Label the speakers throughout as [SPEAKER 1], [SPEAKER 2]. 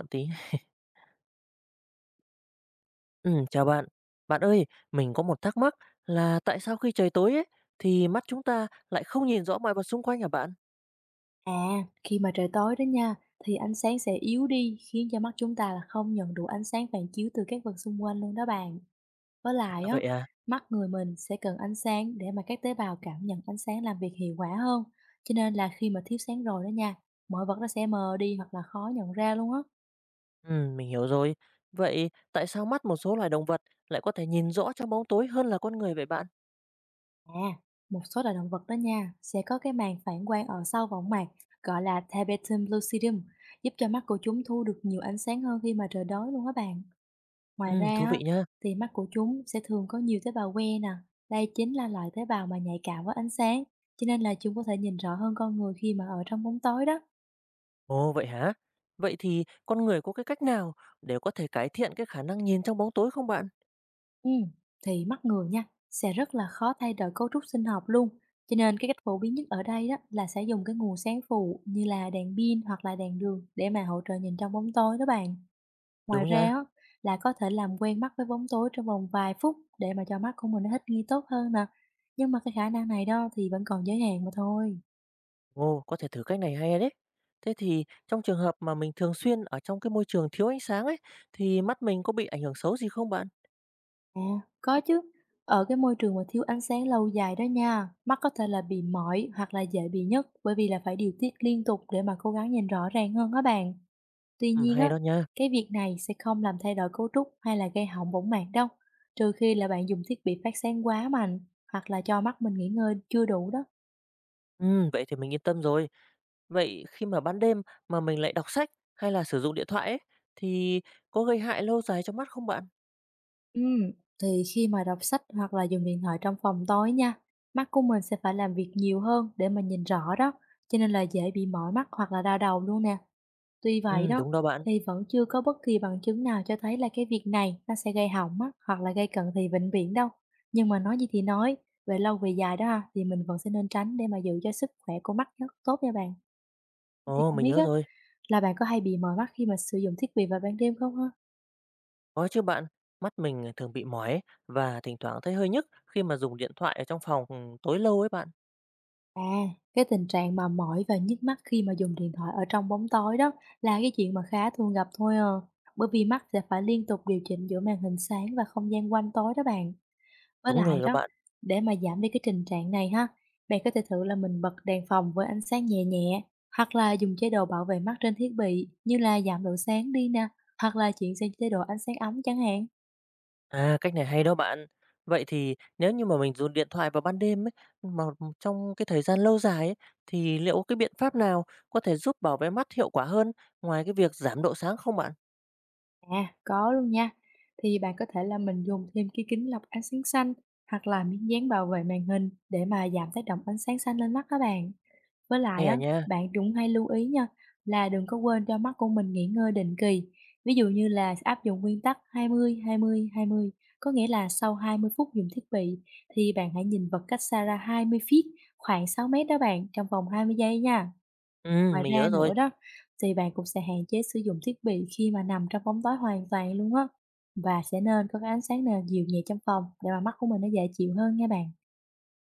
[SPEAKER 1] Bạn tí. Chào bạn. Bạn ơi, mình có một thắc mắc là tại sao khi trời tối ấy thì mắt chúng ta lại không nhìn rõ mọi vật xung quanh hả bạn?
[SPEAKER 2] À, khi mà trời tối đó nha, thì ánh sáng sẽ yếu đi khiến cho mắt chúng ta là không nhận đủ ánh sáng phản chiếu từ các vật xung quanh luôn đó bạn. Với lại
[SPEAKER 1] À,
[SPEAKER 2] á,
[SPEAKER 1] vậy à?
[SPEAKER 2] mắt người mình sẽ cần ánh sáng để mà các tế bào cảm nhận ánh sáng làm việc hiệu quả hơn. Cho nên là khi mà thiếu sáng rồi đó nha, mọi vật nó sẽ mờ đi hoặc là khó nhận ra luôn á.
[SPEAKER 1] Mình hiểu rồi. Vậy tại sao mắt một số loài động vật lại có thể nhìn rõ trong bóng tối hơn là con người vậy bạn?
[SPEAKER 2] À, một số loài động vật đó nha, sẽ có cái màng phản quang ở sau võng mạc gọi là tabetum lucidum, giúp cho mắt của chúng thu được nhiều ánh sáng hơn khi mà trời tối luôn á bạn. Ngoài ra
[SPEAKER 1] Thú
[SPEAKER 2] á,
[SPEAKER 1] vị nha.
[SPEAKER 2] thì mắt của chúng sẽ thường có nhiều tế bào que nè. Đây chính là loại tế bào mà nhạy cảm với ánh sáng, cho nên là chúng có thể nhìn rõ hơn con người khi mà ở trong bóng tối đó.
[SPEAKER 1] Ồ, vậy hả? Vậy thì con người có cái cách nào để có thể cải thiện cái khả năng nhìn trong bóng tối không bạn?
[SPEAKER 2] Ừ. Thì mắt người nha, sẽ rất là khó thay đổi cấu trúc sinh học luôn. Cho nên cái cách phổ biến nhất ở đây đó là sẽ dùng cái nguồn sáng phụ như là đèn pin hoặc là đèn đường để mà hỗ trợ nhìn trong bóng tối đó bạn. Ngoài
[SPEAKER 1] Đúng nha.
[SPEAKER 2] ra á, là có thể làm quen mắt với bóng tối trong vòng vài phút để mà cho mắt của mình nó thích nghi tốt hơn nè. Nhưng mà cái khả năng này đó thì vẫn còn giới hạn mà thôi.
[SPEAKER 1] Ồ, có thể thử cách này hay đấy. Thế thì trong trường hợp mà mình thường xuyên ở trong cái môi trường thiếu ánh sáng ấy, thì mắt mình có bị ảnh hưởng xấu gì không bạn?
[SPEAKER 2] À, có chứ. Ở cái môi trường mà thiếu ánh sáng lâu dài đó nha, mắt có thể là bị mỏi hoặc là dễ bị nhức bởi vì là phải điều tiết liên tục để mà cố gắng nhìn rõ ràng hơn các bạn. Tuy
[SPEAKER 1] Ừ,
[SPEAKER 2] nhiên
[SPEAKER 1] hay
[SPEAKER 2] á,
[SPEAKER 1] đó nha.
[SPEAKER 2] cái việc này sẽ không làm thay đổi cấu trúc hay là gây hỏng võng mạc đâu, trừ khi là bạn dùng thiết bị phát sáng quá mạnh hoặc là cho mắt mình nghỉ ngơi chưa đủ đó.
[SPEAKER 1] Ừ, vậy thì mình yên tâm rồi. Vậy khi mà ban đêm mà mình lại đọc sách hay là sử dụng điện thoại ấy, thì có gây hại lâu dài cho mắt không bạn?
[SPEAKER 2] Ừ, thì khi mà đọc sách hoặc là dùng điện thoại trong phòng tối nha, mắt của mình sẽ phải làm việc nhiều hơn để mà nhìn rõ đó, cho nên là dễ bị mỏi mắt hoặc là đau đầu luôn nè. Tuy
[SPEAKER 1] Ừ,
[SPEAKER 2] vậy đó,
[SPEAKER 1] đúng đó bạn.
[SPEAKER 2] thì vẫn chưa có bất kỳ bằng chứng nào cho thấy là cái việc này nó sẽ gây hỏng á, hoặc là gây cận thị vĩnh viễn đâu. Nhưng mà nói gì thì nói, về lâu về dài đó ha, thì mình vẫn sẽ nên tránh để mà giữ cho sức khỏe của mắt nó tốt nha bạn. Thế thì
[SPEAKER 1] Ồ,
[SPEAKER 2] không
[SPEAKER 1] mình
[SPEAKER 2] biết
[SPEAKER 1] nhớ
[SPEAKER 2] á,
[SPEAKER 1] rồi.
[SPEAKER 2] là bạn có hay bị mỏi mắt khi mà sử dụng thiết bị vào ban đêm không ha?
[SPEAKER 1] Có chứ bạn. Mắt mình thường bị mỏi ấy, và thỉnh thoảng thấy hơi nhức khi mà dùng điện thoại ở trong phòng tối lâu ấy bạn.
[SPEAKER 2] À, cái tình trạng mà mỏi và nhức mắt khi mà dùng điện thoại ở trong bóng tối đó là cái chuyện mà khá thường gặp thôi à. Bởi vì mắt sẽ phải liên tục điều chỉnh giữa màn hình sáng và không gian quanh tối đó bạn. Với
[SPEAKER 1] Đúng
[SPEAKER 2] lại
[SPEAKER 1] rồi đó
[SPEAKER 2] đó,
[SPEAKER 1] bạn.
[SPEAKER 2] để mà giảm đi cái tình trạng này ha, bạn có thể thử là mình bật đèn phòng với ánh sáng nhẹ nhẹ, hoặc là dùng chế độ bảo vệ mắt trên thiết bị như là giảm độ sáng đi nè, hoặc là chuyển sang chế độ ánh sáng ấm chẳng hạn.
[SPEAKER 1] À, cách này hay đó bạn. Vậy thì nếu như mà mình dùng điện thoại vào ban đêm ấy, mà trong cái thời gian lâu dài ấy, thì liệu cái biện pháp nào có thể giúp bảo vệ mắt hiệu quả hơn ngoài cái việc giảm độ sáng không bạn?
[SPEAKER 2] À, có luôn nha. Thì bạn có thể là mình dùng thêm cái kính lọc ánh sáng xanh hoặc là miếng dán bảo vệ màn hình để mà giảm tác động ánh sáng xanh lên mắt các bạn. Với lại
[SPEAKER 1] Hay à
[SPEAKER 2] á,
[SPEAKER 1] nha.
[SPEAKER 2] bạn cũng hay lưu ý nha, là đừng có quên cho mắt của mình nghỉ ngơi định kỳ. Ví dụ như là áp dụng nguyên tắc 20-20-20, có nghĩa là sau 20 phút dùng thiết bị thì bạn hãy nhìn vật cách xa ra 20 feet, khoảng 6 mét đó bạn, trong vòng 20 giây nha.
[SPEAKER 1] Ừ,
[SPEAKER 2] Ngoài
[SPEAKER 1] mình
[SPEAKER 2] ra
[SPEAKER 1] nhớ rồi.
[SPEAKER 2] nữa đó, thì bạn cũng sẽ hạn chế sử dụng thiết bị khi mà nằm trong bóng tối hoàn toàn luôn á. Và sẽ nên có cái ánh sáng nền dịu nhẹ trong phòng để mà mắt của mình nó dễ chịu hơn nha bạn.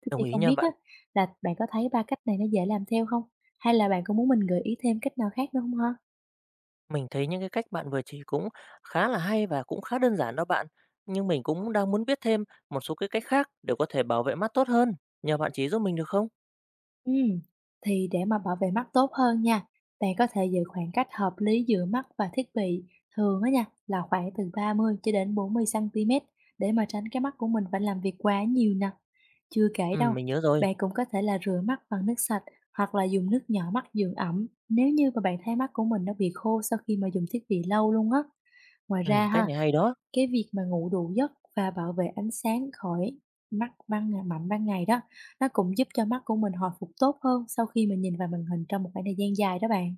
[SPEAKER 2] Thế
[SPEAKER 1] Đồng
[SPEAKER 2] thì
[SPEAKER 1] ý
[SPEAKER 2] không
[SPEAKER 1] nha
[SPEAKER 2] biết á,
[SPEAKER 1] bạn.
[SPEAKER 2] là bạn có thấy 3 cách này nó dễ làm theo không? Hay là bạn có muốn mình gợi ý thêm cách nào khác nữa không ha?
[SPEAKER 1] Mình thấy những cái cách bạn vừa chỉ cũng khá là hay và cũng khá đơn giản đó bạn. Nhưng mình cũng đang muốn biết thêm một số cái cách khác để có thể bảo vệ mắt tốt hơn. Nhờ bạn chỉ giúp mình được không?
[SPEAKER 2] Ừ, thì để mà bảo vệ mắt tốt hơn nha, bạn có thể giữ khoảng cách hợp lý giữa mắt và thiết bị, thường á nha, là khoảng từ 30 cho đến 40 xăng-ti-mét để mà tránh cái mắt của mình phải làm việc quá nhiều nè. Chưa kể
[SPEAKER 1] Ừ,
[SPEAKER 2] đâu,
[SPEAKER 1] mình nhớ rồi.
[SPEAKER 2] bạn cũng có thể là rửa mắt bằng nước sạch hoặc là dùng nước nhỏ mắt dưỡng ẩm nếu như mà bạn thấy mắt của mình nó bị khô sau khi mà dùng thiết bị lâu luôn á. Ngoài
[SPEAKER 1] Ừ,
[SPEAKER 2] ra
[SPEAKER 1] cách
[SPEAKER 2] ha,
[SPEAKER 1] này hay đó.
[SPEAKER 2] cái việc mà ngủ đủ giấc và bảo vệ ánh sáng khỏi mắt ban ngày mạnh ban ngày đó, nó cũng giúp cho mắt của mình hồi phục tốt hơn sau khi mình nhìn vào màn hình trong một khoảng thời gian dài đó bạn.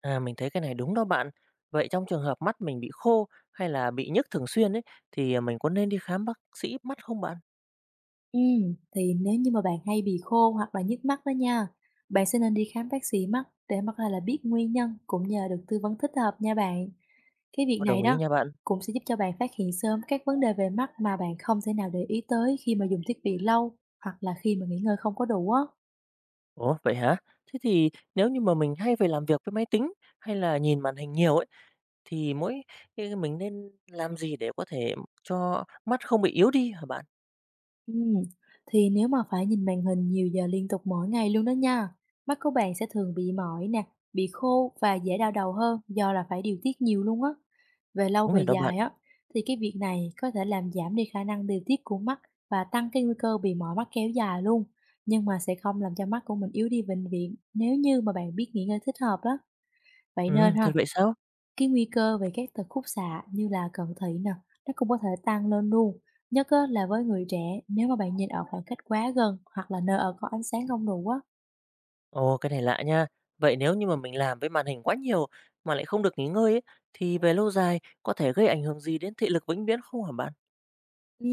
[SPEAKER 1] À, mình thấy cái này đúng đó bạn. Vậy trong trường hợp mắt mình bị khô hay là bị nhức thường xuyên ấy thì mình có nên đi khám bác sĩ mắt không bạn?
[SPEAKER 2] Thì nếu như mà bạn hay bị khô hoặc là nhức mắt đó nha, bạn sẽ nên đi khám bác sĩ mắt để mắt có là biết nguyên nhân cũng như là được tư vấn thích hợp nha bạn. Cái việc
[SPEAKER 1] Có
[SPEAKER 2] này
[SPEAKER 1] đồng ý
[SPEAKER 2] đó
[SPEAKER 1] nha bạn.
[SPEAKER 2] cũng sẽ giúp cho bạn phát hiện sớm các vấn đề về mắt mà bạn không thể nào để ý tới khi mà dùng thiết bị lâu hoặc là khi mà nghỉ ngơi không có đủ á.
[SPEAKER 1] Ủa vậy hả? Thế thì nếu như mà mình hay phải làm việc với máy tính hay là nhìn màn hình nhiều ấy thì ý mình nên làm gì để có thể cho mắt không bị yếu đi hả bạn?
[SPEAKER 2] Ừm, thì nếu mà phải nhìn màn hình nhiều giờ liên tục mỗi ngày luôn đó nha, mắt của bạn sẽ thường bị mỏi nè, bị khô và dễ đau đầu hơn do là phải điều tiết nhiều luôn á. Về lâu
[SPEAKER 1] Đúng
[SPEAKER 2] về
[SPEAKER 1] rồi đó bạn.
[SPEAKER 2] dài á, thì cái việc này có thể làm giảm đi khả năng điều tiết của mắt và tăng cái nguy cơ bị mỏi mắt kéo dài luôn. Nhưng mà sẽ không làm cho mắt của mình yếu đi vĩnh viễn nếu như mà bạn biết nghỉ ngơi thích hợp đó. Vậy
[SPEAKER 1] Ừ,
[SPEAKER 2] nên ha,
[SPEAKER 1] thật vậy sao?
[SPEAKER 2] cái nguy cơ về các tật khúc xạ như là cận thị nè, nó cũng có thể tăng lên luôn. Nhất á, là với người trẻ, nếu mà bạn nhìn ở khoảng cách quá gần hoặc là nơi ở có ánh sáng không đủ á.
[SPEAKER 1] Ồ, cái này lạ nha. Vậy nếu như mà mình làm với màn hình quá nhiều mà lại không được nghỉ ngơi ấy thì về lâu dài có thể gây ảnh hưởng gì đến thị lực vĩnh viễn không hả bạn?
[SPEAKER 2] Ừ.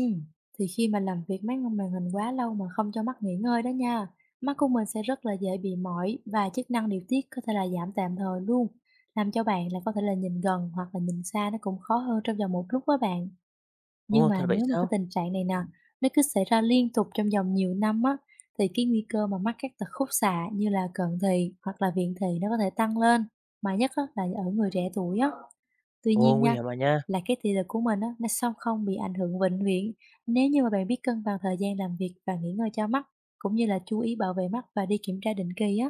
[SPEAKER 2] Thì khi mà làm việc máy ngắm màn hình quá lâu mà không cho mắt nghỉ ngơi đó nha, mắt của mình sẽ rất là dễ bị mỏi và chức năng điều tiết có thể là giảm tạm thời luôn. Làm cho bạn là có thể là nhìn gần hoặc là nhìn xa nó cũng khó hơn trong vòng một lúc với bạn. Nhưng
[SPEAKER 1] Ồ,
[SPEAKER 2] mà
[SPEAKER 1] thật vậy
[SPEAKER 2] nếu mà cái
[SPEAKER 1] sao?
[SPEAKER 2] tình trạng này nè, nó cứ xảy ra liên tục trong vòng nhiều năm á, thì cái nguy cơ mà mắc các tật khúc xạ như là cận thị hoặc là viễn thị nó có thể tăng lên, mà nhất á, là ở người trẻ tuổi á. Tuy
[SPEAKER 1] Ồ,
[SPEAKER 2] nhiên
[SPEAKER 1] nguy
[SPEAKER 2] nha,
[SPEAKER 1] hiểm à nha.
[SPEAKER 2] là cái thị lực của mình á, nó song không bị ảnh hưởng vĩnh viễn nếu như mà bạn biết cân bằng thời gian làm việc và nghỉ ngơi cho mắt, cũng như là chú ý bảo vệ mắt và đi kiểm tra định kỳ á.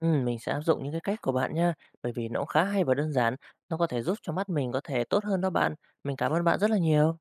[SPEAKER 1] Ừ mình sẽ áp dụng những cái cách của bạn nha, bởi vì nó cũng khá hay và đơn giản, nó có thể giúp cho mắt mình có thể tốt hơn đó bạn. Mình cảm ơn bạn rất là nhiều.